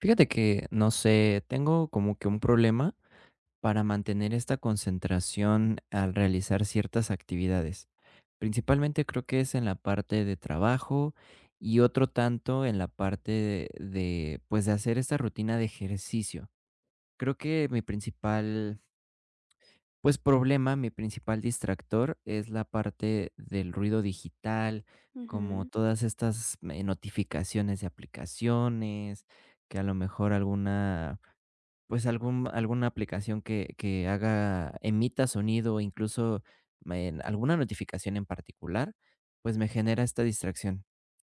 Fíjate que, no sé, tengo como que un problema para mantener esta concentración al realizar ciertas actividades. Principalmente creo que es en la parte de trabajo y otro tanto en la parte pues, de hacer esta rutina de ejercicio. Creo que mi principal, pues, problema, mi principal distractor es la parte del ruido digital, como Ujú, todas estas notificaciones de aplicaciones, que a lo mejor alguna pues algún alguna aplicación que haga emita sonido, o incluso, en alguna notificación en particular, pues me genera esta distracción.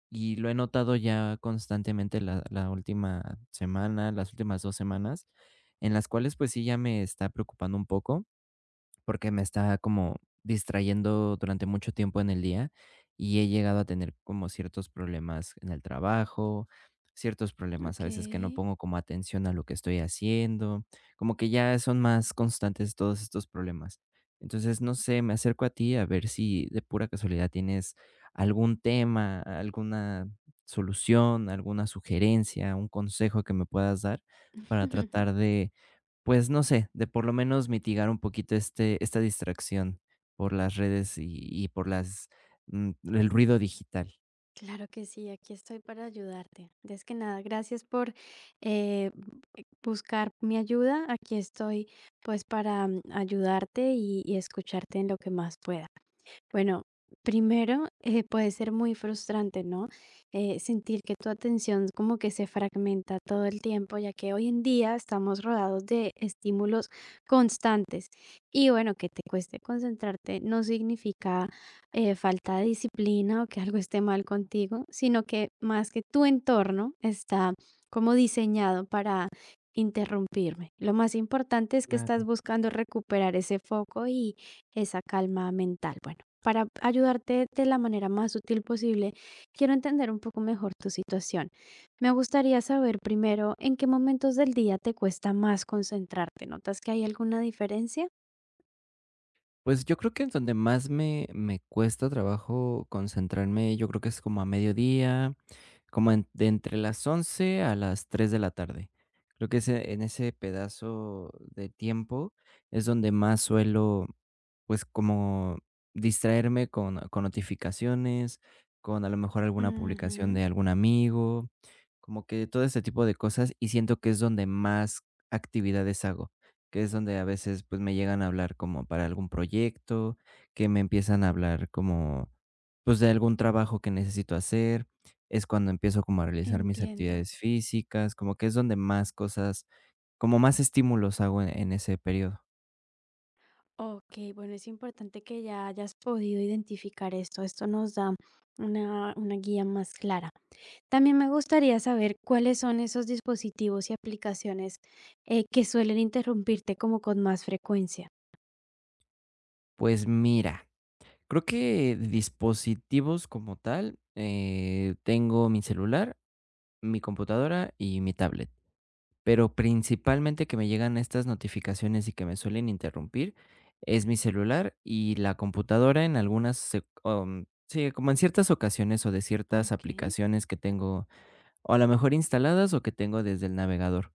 Y lo he notado ya constantemente la última semana, las últimas 2 semanas, en las cuales, pues sí, ya me está preocupando un poco porque me está como distrayendo durante mucho tiempo en el día y he llegado a tener como ciertos problemas en el trabajo, ciertos problemas a veces que no okey. pongo como atención a lo que estoy haciendo, como que ya son más constantes todos estos problemas. Entonces, no sé, me acerco a ti a ver si de pura casualidad tienes algún tema, alguna solución, alguna sugerencia, un consejo que me puedas dar para tratar de pues no sé, de por lo menos mitigar un poquito esta distracción por las redes y por las, el ruido digital. Claro que sí, aquí estoy para ayudarte. Antes que nada, gracias por, b buscar mi ayuda. Aquí estoy, pues, para ayudarte y escucharte en lo que más pueda. Bueno, primero, puede ser muy frustrante, ¿no? Sentir que tu atención como que se fragmenta todo el tiempo, ya que hoy en día estamos rodeados de estímulos constantes. Y bueno, que te cueste concentrarte no significa falta de disciplina o que algo esté mal contigo, sino que más que tu entorno está como diseñado para interrumpirme. Lo más importante es que estás Claro. buscando recuperar ese foco y esa calma mental. Bueno, para ayudarte de la manera más útil posible, quiero entender un poco mejor tu situación. Me gustaría saber primero en qué momentos del día te cuesta más concentrarte. ¿Notas que hay alguna diferencia? Pues yo creo que en donde más me cuesta trabajo concentrarme, yo creo que es como a mediodía. Como en de entre las 11 a las 3 de la tarde. Creo que ese en ese pedazo de tiempo es donde más suelo, pues, como distraerme con notificaciones, con a lo mejor alguna publicación Ujú, de algún amigo, como que todo ese tipo de cosas, y siento que es donde más actividades hago, que es donde a veces, pues, me llegan a hablar como para algún proyecto, que me empiezan a hablar como, pues, de algún trabajo que necesito hacer, es cuando empiezo como a realizar mis entiendo. actividades físicas, como que es donde más cosas, como más estímulos hago en ese periodo. Okey, bueno, es importante que ya hayas podido identificar esto. Esto nos da una guía más clara. También me gustaría saber cuáles son esos dispositivos y aplicaciones, que suelen interrumpirte como con más frecuencia. Pues mira, creo que dispositivos como tal, tengo mi celular, mi computadora y mi tablet, pero principalmente que me llegan estas notificaciones y que me suelen interrumpir es mi celular y la computadora en algunas, sí, como en ciertas ocasiones o de ciertas Okey. aplicaciones que tengo o a lo mejor instaladas o que tengo desde el navegador,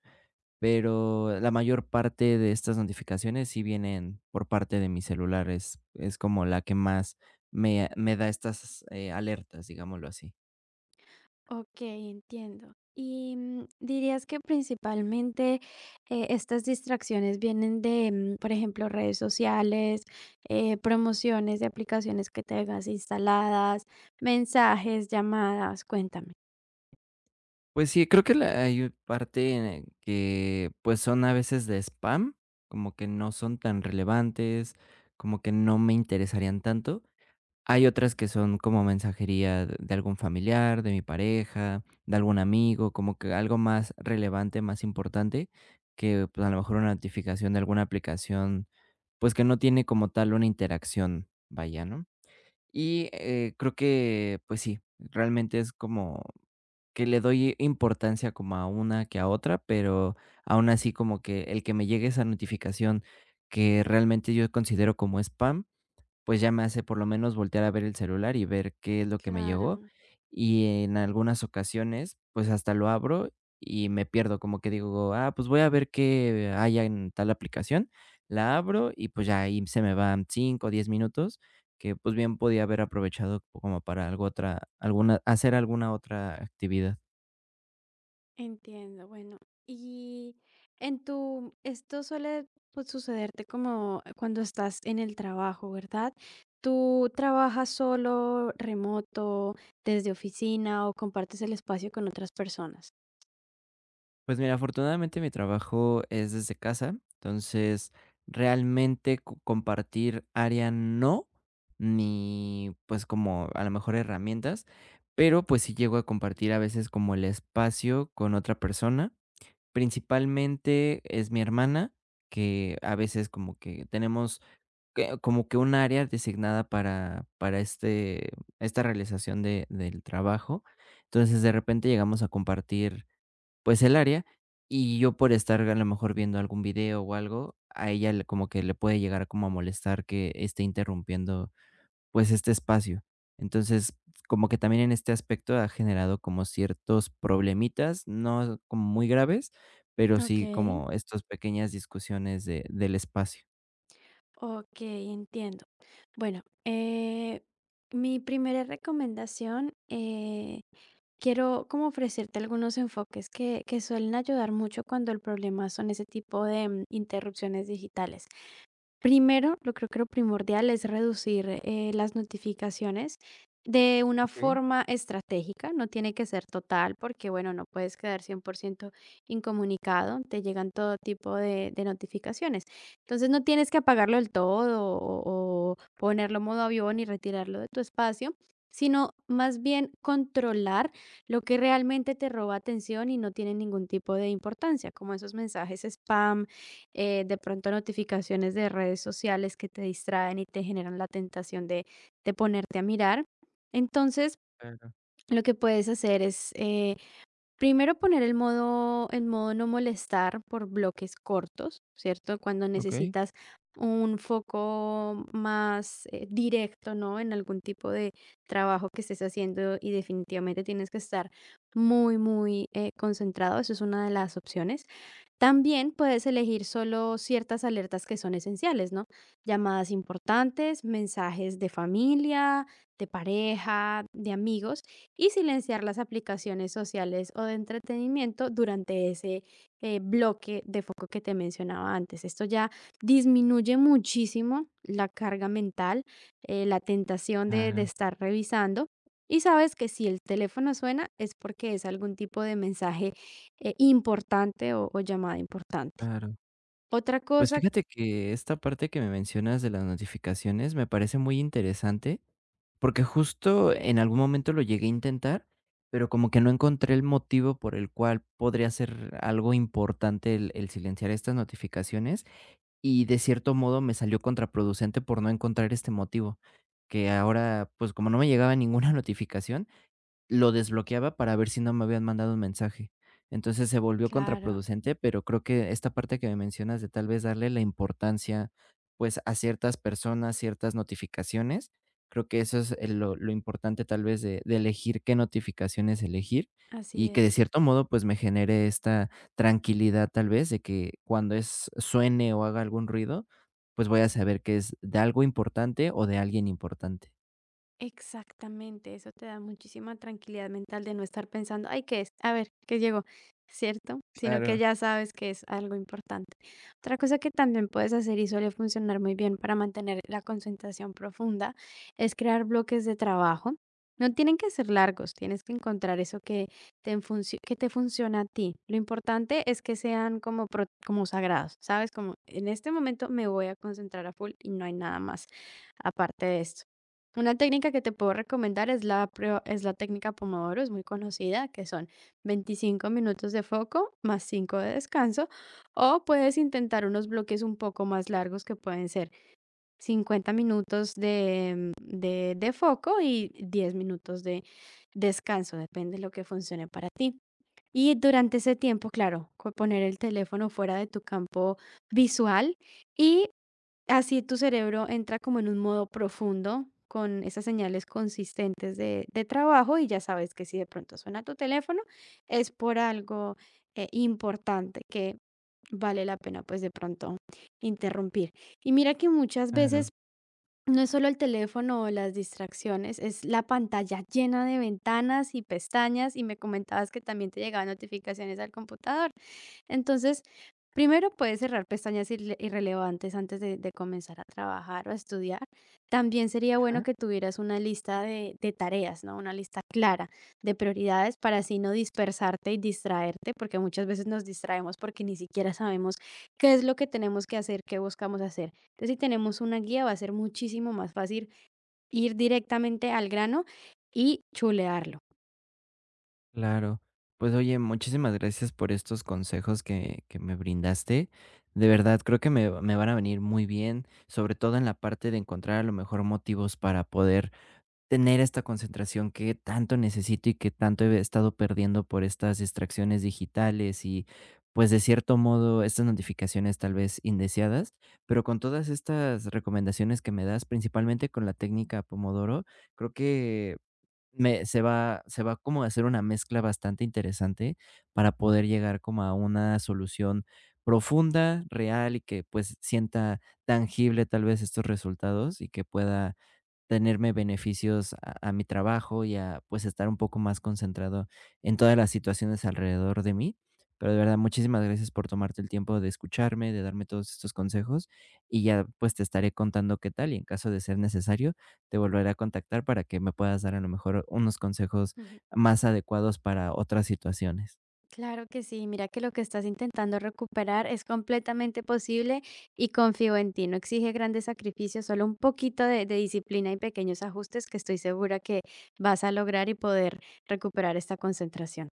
pero la mayor parte de estas notificaciones sí vienen por parte de mi celular, es como la que más me da estas, alertas, digámoslo así. Ok, entiendo. Y dirías que principalmente estas distracciones vienen de, mm, por ejemplo, redes sociales, promociones de aplicaciones que tengas instaladas, mensajes, llamadas, cuéntame. Pues sí, creo que la hay parte en el que, pues, son a veces de spam, como que no son tan relevantes, como que no me interesarían tanto. Hay otras que son como mensajería de algún familiar, de mi pareja, de algún amigo, como que algo más relevante, más importante, que, pues, a lo mejor una notificación de alguna aplicación, pues, que no tiene como tal una interacción, vaya, ¿no? Y, creo que, pues sí, realmente es como que le doy importancia como a una que a otra, pero aún así como que el que me llegue esa notificación que realmente yo considero como spam, pues ya me hace por lo menos voltear a ver el celular y ver qué es lo que me llegó. Claro. Y en algunas ocasiones, pues hasta lo abro y me pierdo, como que digo, ah, pues voy a ver qué haya en tal aplicación. La abro y pues ya ahí se me van 5 o 10 minutos, que pues bien podía haber aprovechado como para algo otra, alguna, hacer alguna otra actividad. Entiendo, bueno, y en tu esto suele, pues, sucederte como cuando estás en el trabajo, ¿verdad? ¿Tú trabajas solo, remoto, desde oficina o compartes el espacio con otras personas? Pues mira, afortunadamente mi trabajo es desde casa, entonces realmente compartir área no, ni pues como a lo mejor herramientas, pero pues sí llego a compartir a veces como el espacio con otra persona. Principalmente es mi hermana, que a veces como que tenemos como que un área designada para este, esta realización de, del trabajo. Entonces de repente llegamos a compartir pues, el área, y yo por estar a lo mejor viendo algún video o algo, a ella le como que le puede llegar como a molestar que esté interrumpiendo, pues, este espacio. Entonces, como que también en este aspecto ha generado como ciertos problemitas, no como muy graves, pero sí Okey. como estas pequeñas discusiones de del espacio. Okey, entiendo. Bueno, mi primera recomendación, quiero como ofrecerte algunos enfoques que suelen ayudar mucho cuando el problema son ese tipo de, mm, interrupciones digitales. Primero, lo creo que lo primordial es reducir, las notificaciones de una Okey, forma estratégica, no tiene que ser total, porque bueno, no puedes quedar 100% incomunicado, te llegan todo tipo de notificaciones. Entonces no tienes que apagarlo del todo o ponerlo en modo avión y retirarlo de tu espacio, sino más bien controlar lo que realmente te roba atención y no tiene ningún tipo de importancia, como esos mensajes spam de pronto notificaciones de redes sociales que te distraen y te generan la tentación de ponerte a mirar. Entonces, claro, lo que puedes hacer es primero poner el modo no molestar por bloques cortos, ¿cierto? Cuando okey. necesitas un foco más directo, ¿no? En algún tipo de trabajo que estés haciendo y definitivamente tienes que estar muy, muy concentrado. Eso es una de las opciones. También puedes elegir solo ciertas alertas que son esenciales, ¿no? Llamadas importantes, mensajes de familia, de pareja, de amigos y silenciar las aplicaciones sociales o de entretenimiento durante ese bloque de foco que te mencionaba antes. Esto ya disminuye muchísimo la carga mental, la tentación de Claro, estar revisando. Y sabes que si el teléfono suena es porque es algún tipo de mensaje importante o llamada importante. claro. Otra Pues, cosa, fíjate que esta parte que me mencionas de las notificaciones me parece muy interesante. Porque justo en algún momento lo llegué a intentar, pero como que no encontré el motivo por el cual podría ser algo importante el silenciar estas notificaciones y de cierto modo me salió contraproducente por no encontrar este motivo, que ahora pues como no me llegaba ninguna notificación, lo desbloqueaba para ver si no me habían mandado un mensaje. Entonces, se volvió claro, contraproducente, pero creo que esta parte que me mencionas de tal vez darle la importancia, pues, a ciertas personas, ciertas notificaciones, creo que eso es, lo importante tal vez de elegir qué notificaciones elegir, así y que de es. cierto modo, pues, me genere esta tranquilidad, tal vez, de que cuando es suene o haga algún ruido, pues, voy a saber que es de algo importante o de alguien importante. Exactamente, eso te da muchísima tranquilidad mental de no estar pensando, ay, ¿qué es? A ver, ¿qué llegó? ¿Cierto? Sino que Claro. ya sabes que es algo importante. Otra cosa que también puedes hacer y suele funcionar muy bien para mantener la concentración profunda es crear bloques de trabajo. No tienen que ser largos, tienes que encontrar eso que que te funciona a ti. Lo importante es que sean como, como sagrados, ¿sabes? Como en este momento me voy a concentrar a full y no hay nada más aparte de esto. Una técnica que te puedo recomendar es es la técnica Pomodoro, es muy conocida, que son 25 minutos de foco más 5 de descanso, o puedes intentar unos bloques un poco más largos que pueden ser 50 minutos de, de foco y 10 minutos de descanso, depende de lo que funcione para ti. Y durante ese tiempo, claro, poner el teléfono fuera de tu campo visual y así tu cerebro entra como en un modo profundo con esas señales consistentes de trabajo y ya sabes que si de pronto suena tu teléfono es por algo importante que vale la pena pues de pronto interrumpir. Y mira que muchas Claro. veces no es solo el teléfono o las distracciones, es la pantalla llena de ventanas y pestañas y me comentabas que también te llegaban notificaciones al computador. Entonces, primero puedes cerrar pestañas irrelevantes antes de comenzar a trabajar o a estudiar. También sería bueno que tuvieras una lista de tareas, ¿no? Una lista clara de prioridades para así no dispersarte y distraerte, porque muchas veces nos distraemos porque ni siquiera sabemos qué es lo que tenemos que hacer, qué buscamos hacer. Entonces, si tenemos una guía, va a ser muchísimo más fácil ir directamente al grano y chulearlo. Claro. Pues oye, muchísimas gracias por estos consejos que me brindaste. De verdad, creo que me van a venir muy bien, sobre todo en la parte de encontrar a lo mejor motivos para poder tener esta concentración que tanto necesito y que tanto he estado perdiendo por estas distracciones digitales y pues de cierto modo estas notificaciones tal vez indeseadas, pero con todas estas recomendaciones que me das, principalmente con la técnica Pomodoro, creo que me se va como a hacer una mezcla bastante interesante para poder llegar como a una solución profunda, real y que, pues, sienta tangible, tal vez, estos resultados y que pueda tenerme beneficios a mi trabajo y a pues estar un poco más concentrado en todas las situaciones alrededor de mí. Pero de verdad, muchísimas gracias por tomarte el tiempo de escucharme, de darme todos estos consejos y ya pues te estaré contando qué tal y en caso de ser necesario te volveré a contactar para que me puedas dar a lo mejor unos consejos más adecuados para otras situaciones. Claro que sí, mira que lo que estás intentando recuperar es completamente posible y confío en ti. No exige grandes sacrificios, solo un poquito de disciplina y pequeños ajustes que estoy segura que vas a lograr y poder recuperar esta concentración.